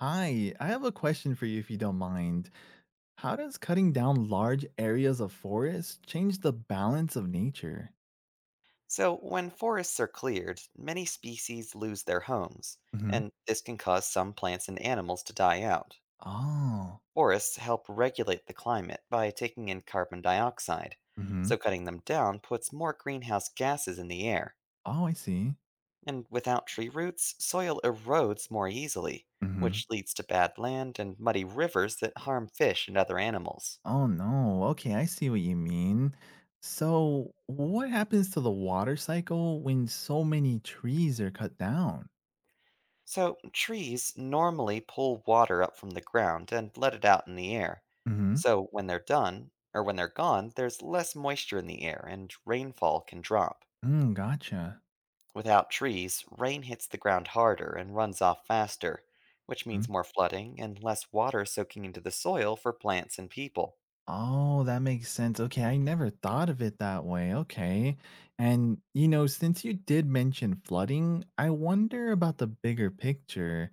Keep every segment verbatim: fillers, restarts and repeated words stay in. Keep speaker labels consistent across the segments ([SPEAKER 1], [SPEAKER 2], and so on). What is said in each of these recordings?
[SPEAKER 1] Hi, I have a question for you if you don't mind. How does cutting down large areas of forest change the balance of nature?
[SPEAKER 2] So, when forests are cleared, many species lose their homes,
[SPEAKER 1] Hmm.
[SPEAKER 2] and this can cause some plants and animals to die out.
[SPEAKER 1] Oh.
[SPEAKER 2] Forests help regulate the climate by taking in carbon dioxide,
[SPEAKER 1] Hmm.
[SPEAKER 2] so cutting them down puts more greenhouse gases in the air.
[SPEAKER 1] Oh, I see.
[SPEAKER 2] And without tree roots, soil erodes more easily,
[SPEAKER 1] Hmm.
[SPEAKER 2] which leads to bad land and muddy rivers that harm fish and other animals.
[SPEAKER 1] Oh, no. Okay, I see what you mean. So, what happens to the water cycle when so many trees are cut down?
[SPEAKER 2] So, trees normally pull water up from the ground and let it out in the air.
[SPEAKER 1] Hmm.
[SPEAKER 2] So, when they're done, or when they're gone, there's less moisture in the air and rainfall can drop.
[SPEAKER 1] Mm, gotcha.
[SPEAKER 2] Without trees, rain hits the ground harder and runs off faster, which means more flooding and less water soaking into the soil for plants and people.
[SPEAKER 1] Oh, that makes sense. Okay, I never thought of it that way. Okay. And, you know, since you did mention flooding, I wonder about the bigger picture.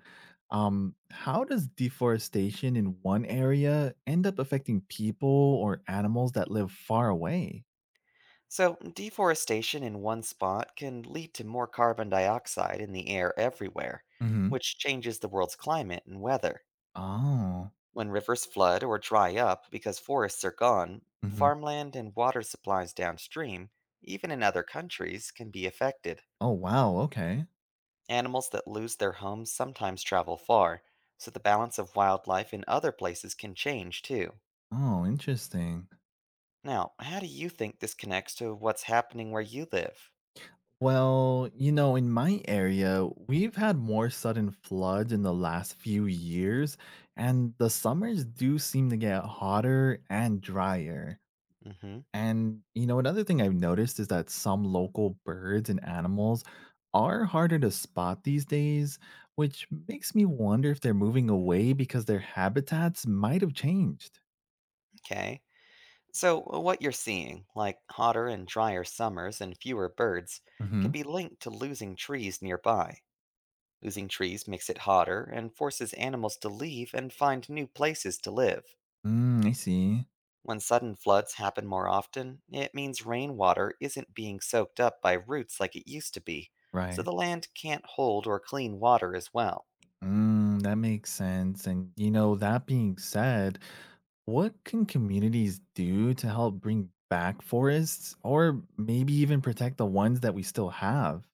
[SPEAKER 1] Um, how does deforestation in one area end up affecting people or animals that live far away?
[SPEAKER 2] So, deforestation in one spot can lead to more carbon dioxide in the air everywhere,
[SPEAKER 1] Hmm.
[SPEAKER 2] which changes the world's climate and weather.
[SPEAKER 1] Oh.
[SPEAKER 2] When rivers flood or dry up because forests are gone,
[SPEAKER 1] Hmm.
[SPEAKER 2] farmland and water supplies downstream, even in other countries, can be affected.
[SPEAKER 1] Oh, wow. Okay.
[SPEAKER 2] Animals that lose their homes sometimes travel far, so the balance of wildlife in other places can change too.
[SPEAKER 1] Oh, interesting.
[SPEAKER 2] Now, how do you think this connects to what's happening where you live?
[SPEAKER 1] Well, you know, in my area, we've had more sudden floods in the last few years, and the summers do seem to get hotter and drier.
[SPEAKER 2] Hmm,
[SPEAKER 1] And, you know, another thing I've noticed is that some local birds and animals are harder to spot these days, which makes me wonder if they're moving away because their habitats might have changed.
[SPEAKER 2] okay. So, uh, what you're seeing, like hotter and drier summers and fewer birds,
[SPEAKER 1] Hmm.
[SPEAKER 2] can be linked to losing trees nearby. Losing trees makes it hotter and forces animals to leave and find new places to live.
[SPEAKER 1] Mm, I see.
[SPEAKER 2] When sudden floods happen more often, it means rainwater isn't being soaked up by roots like it used to be,
[SPEAKER 1] Right.
[SPEAKER 2] so the land can't hold or clean water as well.
[SPEAKER 1] Mm, that makes sense. And, you know, that being said, what can communities do to help bring back forests or maybe even protect the ones that we still have?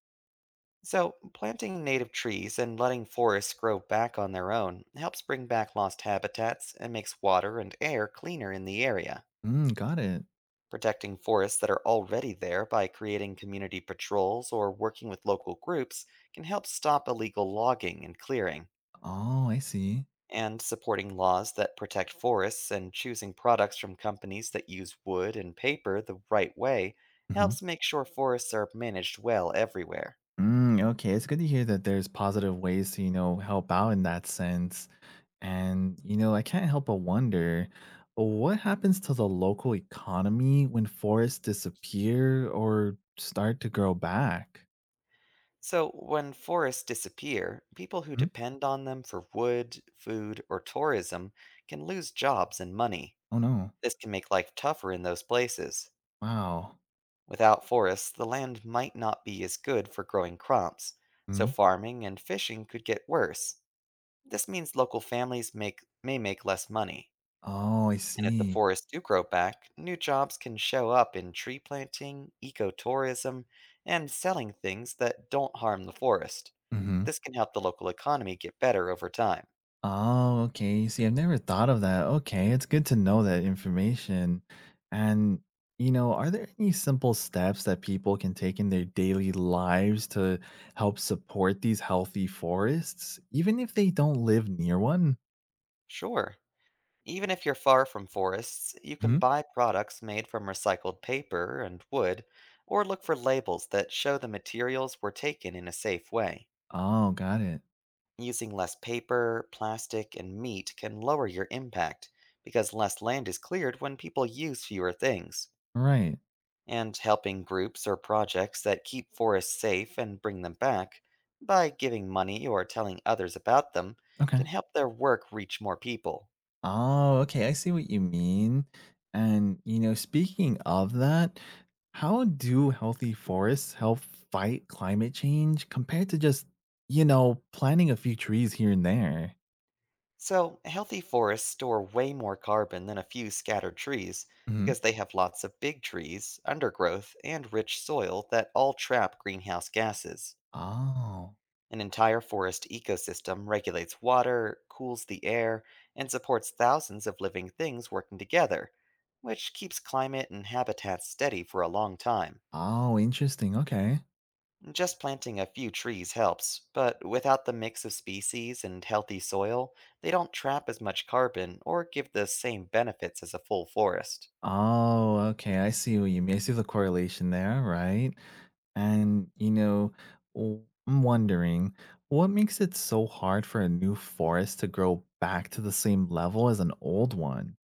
[SPEAKER 2] So, planting native trees and letting forests grow back on their own helps bring back lost habitats and makes water and air cleaner in the area.
[SPEAKER 1] Mm, got it.
[SPEAKER 2] Protecting forests that are already there by creating community patrols or working with local groups can help stop illegal logging and clearing.
[SPEAKER 1] Oh, I see.
[SPEAKER 2] And supporting laws that protect forests and choosing products from companies that use wood and paper the right way
[SPEAKER 1] Mhm.
[SPEAKER 2] helps make sure forests are managed well everywhere.
[SPEAKER 1] Mm, okay, it's good to hear that there's positive ways to, you know, help out in that sense. And, you know, I can't help but wonder what happens to the local economy when forests disappear or start to grow back?
[SPEAKER 2] So, when forests disappear, people who
[SPEAKER 1] Hmm?
[SPEAKER 2] depend on them for wood, food, or tourism can lose jobs and money.
[SPEAKER 1] Oh, no.
[SPEAKER 2] This can make life tougher in those places.
[SPEAKER 1] Wow.
[SPEAKER 2] Without forests, the land might not be as good for growing crops, so
[SPEAKER 1] Mhm.
[SPEAKER 2] farming and fishing could get worse. This means local families make, may make less money.
[SPEAKER 1] Oh, I
[SPEAKER 2] And if the
[SPEAKER 1] see.
[SPEAKER 2] forests do grow back, new jobs can show up in tree planting, ecotourism, and selling things that don't harm the forest.
[SPEAKER 1] Mhm.
[SPEAKER 2] This can help the local economy get better over time.
[SPEAKER 1] Oh, okay. See, I've never thought of that. Okay, it's good to know that information. And, you know, are there any simple steps that people can take in their daily lives to help support these healthy forests, even if they don't live near one?
[SPEAKER 2] Sure. Even if you're far from forests, you can
[SPEAKER 1] Mhm.
[SPEAKER 2] buy products made from recycled paper and wood, or look for labels that show the materials were taken in a safe way.
[SPEAKER 1] Oh, got it.
[SPEAKER 2] Using less paper, plastic, and meat can lower your impact because less land is cleared when people use fewer things.
[SPEAKER 1] Right.
[SPEAKER 2] And helping groups or projects that keep forests safe and bring them back by giving money or telling others about them
[SPEAKER 1] Okay.
[SPEAKER 2] can help their work reach more people.
[SPEAKER 1] Oh, okay. I see what you mean. And, you know, speaking of that, how do healthy forests help fight climate change compared to just, you know, planting a few trees here and there?
[SPEAKER 2] So, healthy forests store way more carbon than a few scattered trees
[SPEAKER 1] Hmm.
[SPEAKER 2] because they have lots of big trees, undergrowth, and rich soil that all trap greenhouse gases.
[SPEAKER 1] Oh,
[SPEAKER 2] An entire forest ecosystem regulates water, cools the air, and supports thousands of living things working together, which keeps climate and habitats steady for a long time.
[SPEAKER 1] oh, interesting. Okay.
[SPEAKER 2] Just planting a few trees helps, but without the mix of species and healthy soil, they don't trap as much carbon or give the same benefits as a full forest.
[SPEAKER 1] Oh, okay. I see what you mean. I see the correlation there, right? And, you know, w- I'm wondering what makes it so hard for a new forest to grow back to the same level as an old one?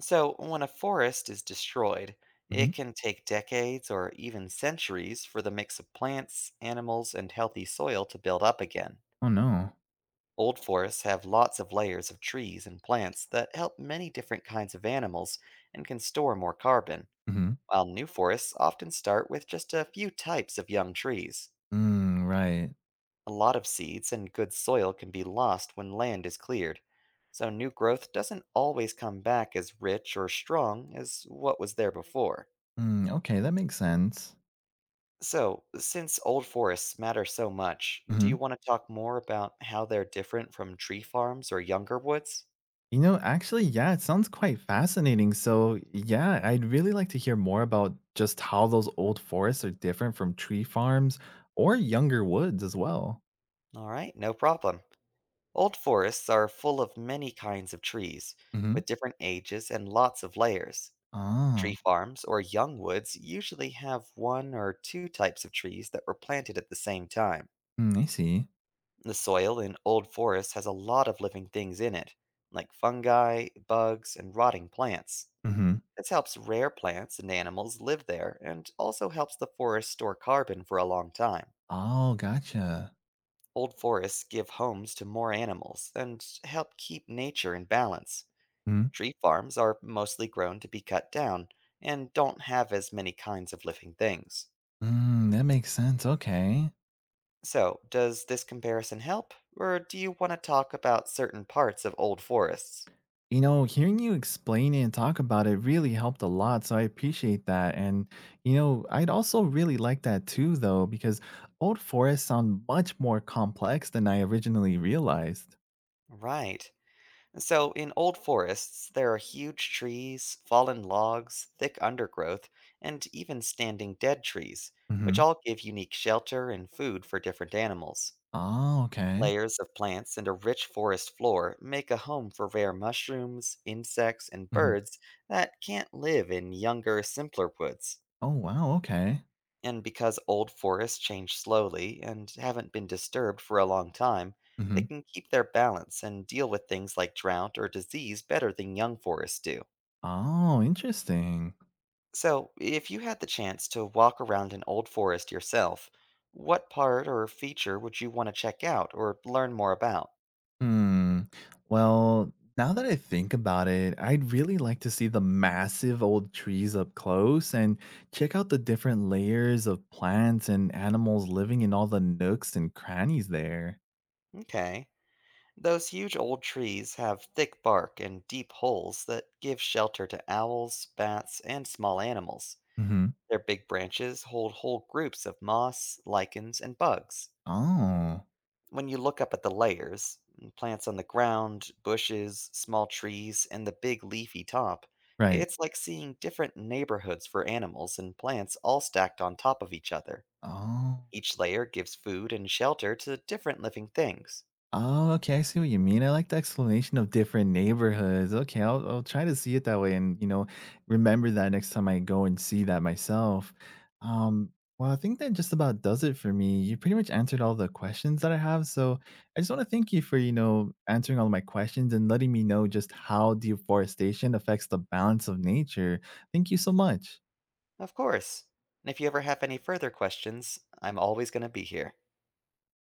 [SPEAKER 2] So, when a forest is destroyed,
[SPEAKER 1] Mhm.
[SPEAKER 2] it can take decades or even centuries for the mix of plants, animals, and healthy soil to build up again.
[SPEAKER 1] Oh, no.
[SPEAKER 2] Old forests have lots of layers of trees and plants that help many different kinds of animals and can store more carbon.
[SPEAKER 1] Mhm.
[SPEAKER 2] While new forests often start with just a few types of young trees,
[SPEAKER 1] Mm, right.
[SPEAKER 2] a lot of seeds and good soil can be lost when land is cleared, so new growth doesn't always come back as rich or strong as what was there before.
[SPEAKER 1] Mm, okay, that makes sense.
[SPEAKER 2] So, since old forests matter so much, do
[SPEAKER 1] Mhm.
[SPEAKER 2] you want to talk more about how they're different from tree farms or younger woods?
[SPEAKER 1] You know, actually, yeah, it sounds quite fascinating. So, yeah, I'd really like to hear more about just how those old forests are different from tree farms or younger woods as well.
[SPEAKER 2] Alright, no problem. Old forests are full of many kinds of trees,
[SPEAKER 1] Mhm.
[SPEAKER 2] with different ages and lots of layers. Tree
[SPEAKER 1] Oh,
[SPEAKER 2] farms or young woods usually have one or two types of trees that were planted at the same time.
[SPEAKER 1] mm, I see.
[SPEAKER 2] The soil in old forests has a lot of living things in it, like fungi, bugs, and rotting plants.
[SPEAKER 1] Mhm.
[SPEAKER 2] This helps rare plants and animals live there and also helps the forest store carbon for a long time.
[SPEAKER 1] Oh, gotcha.
[SPEAKER 2] Old forests give homes to more animals and help keep nature in balance.
[SPEAKER 1] Mhm.
[SPEAKER 2] Tree farms are mostly grown to be cut down and don't have as many kinds of living things.
[SPEAKER 1] Mm, that makes sense. Okay.
[SPEAKER 2] So, does this comparison help, or do you want to talk about certain parts of old forests?
[SPEAKER 1] You know, hearing you explain it and talk about it really helped a lot. So I appreciate that. And, you know, I'd also really like that too, though, because old forests sound much more complex than I originally realized.
[SPEAKER 2] Right. So, in old forests, there are huge trees, fallen logs, thick undergrowth, and even standing dead trees, which
[SPEAKER 1] Hmm.
[SPEAKER 2] all give unique shelter and food for different animals.
[SPEAKER 1] Oh, okay.
[SPEAKER 2] Layers of plants and a rich forest floor make a home for rare mushrooms, insects, and
[SPEAKER 1] Mhm.
[SPEAKER 2] birds that can't live in younger, simpler woods.
[SPEAKER 1] Oh, wow. Okay.
[SPEAKER 2] And because old forests change slowly and haven't been disturbed for a long time,
[SPEAKER 1] Hmm.
[SPEAKER 2] they can keep their balance and deal with things like drought or disease better than young forests do.
[SPEAKER 1] Oh, interesting.
[SPEAKER 2] So, if you had the chance to walk around an old forest yourself, what part or feature would you want to check out or learn more about?
[SPEAKER 1] Hmm. Well, now that I think about it, I'd really like to see the massive old trees up close and check out the different layers of plants and animals living in all the nooks and crannies there.
[SPEAKER 2] Okay. Those huge old trees have thick bark and deep holes that give shelter to owls, bats, and small animals.
[SPEAKER 1] Hmm.
[SPEAKER 2] Their big branches hold whole groups of moss, lichens, and bugs.
[SPEAKER 1] Oh,
[SPEAKER 2] When you look up at the layers, mm, plants on the ground, bushes, small trees, and the big leafy top,
[SPEAKER 1] right.
[SPEAKER 2] it's like seeing different neighborhoods for animals and plants all stacked on top of each other.
[SPEAKER 1] Oh.
[SPEAKER 2] Each layer gives food and shelter to different living things.
[SPEAKER 1] Oh, okay, I see what you mean. I like the explanation of different neighborhoods. Okay, I'll, I'll try to see it that way and, you know, remember that next time I go and see that myself. Um, well, I think that just about does it for me. You pretty much answered all the questions that I have. So I just want to thank you for, you know, answering all my questions and letting me know just how deforestation affects the balance of nature. Thank you so much.
[SPEAKER 2] Of course. And if you ever have any further questions, I'm always going to be here.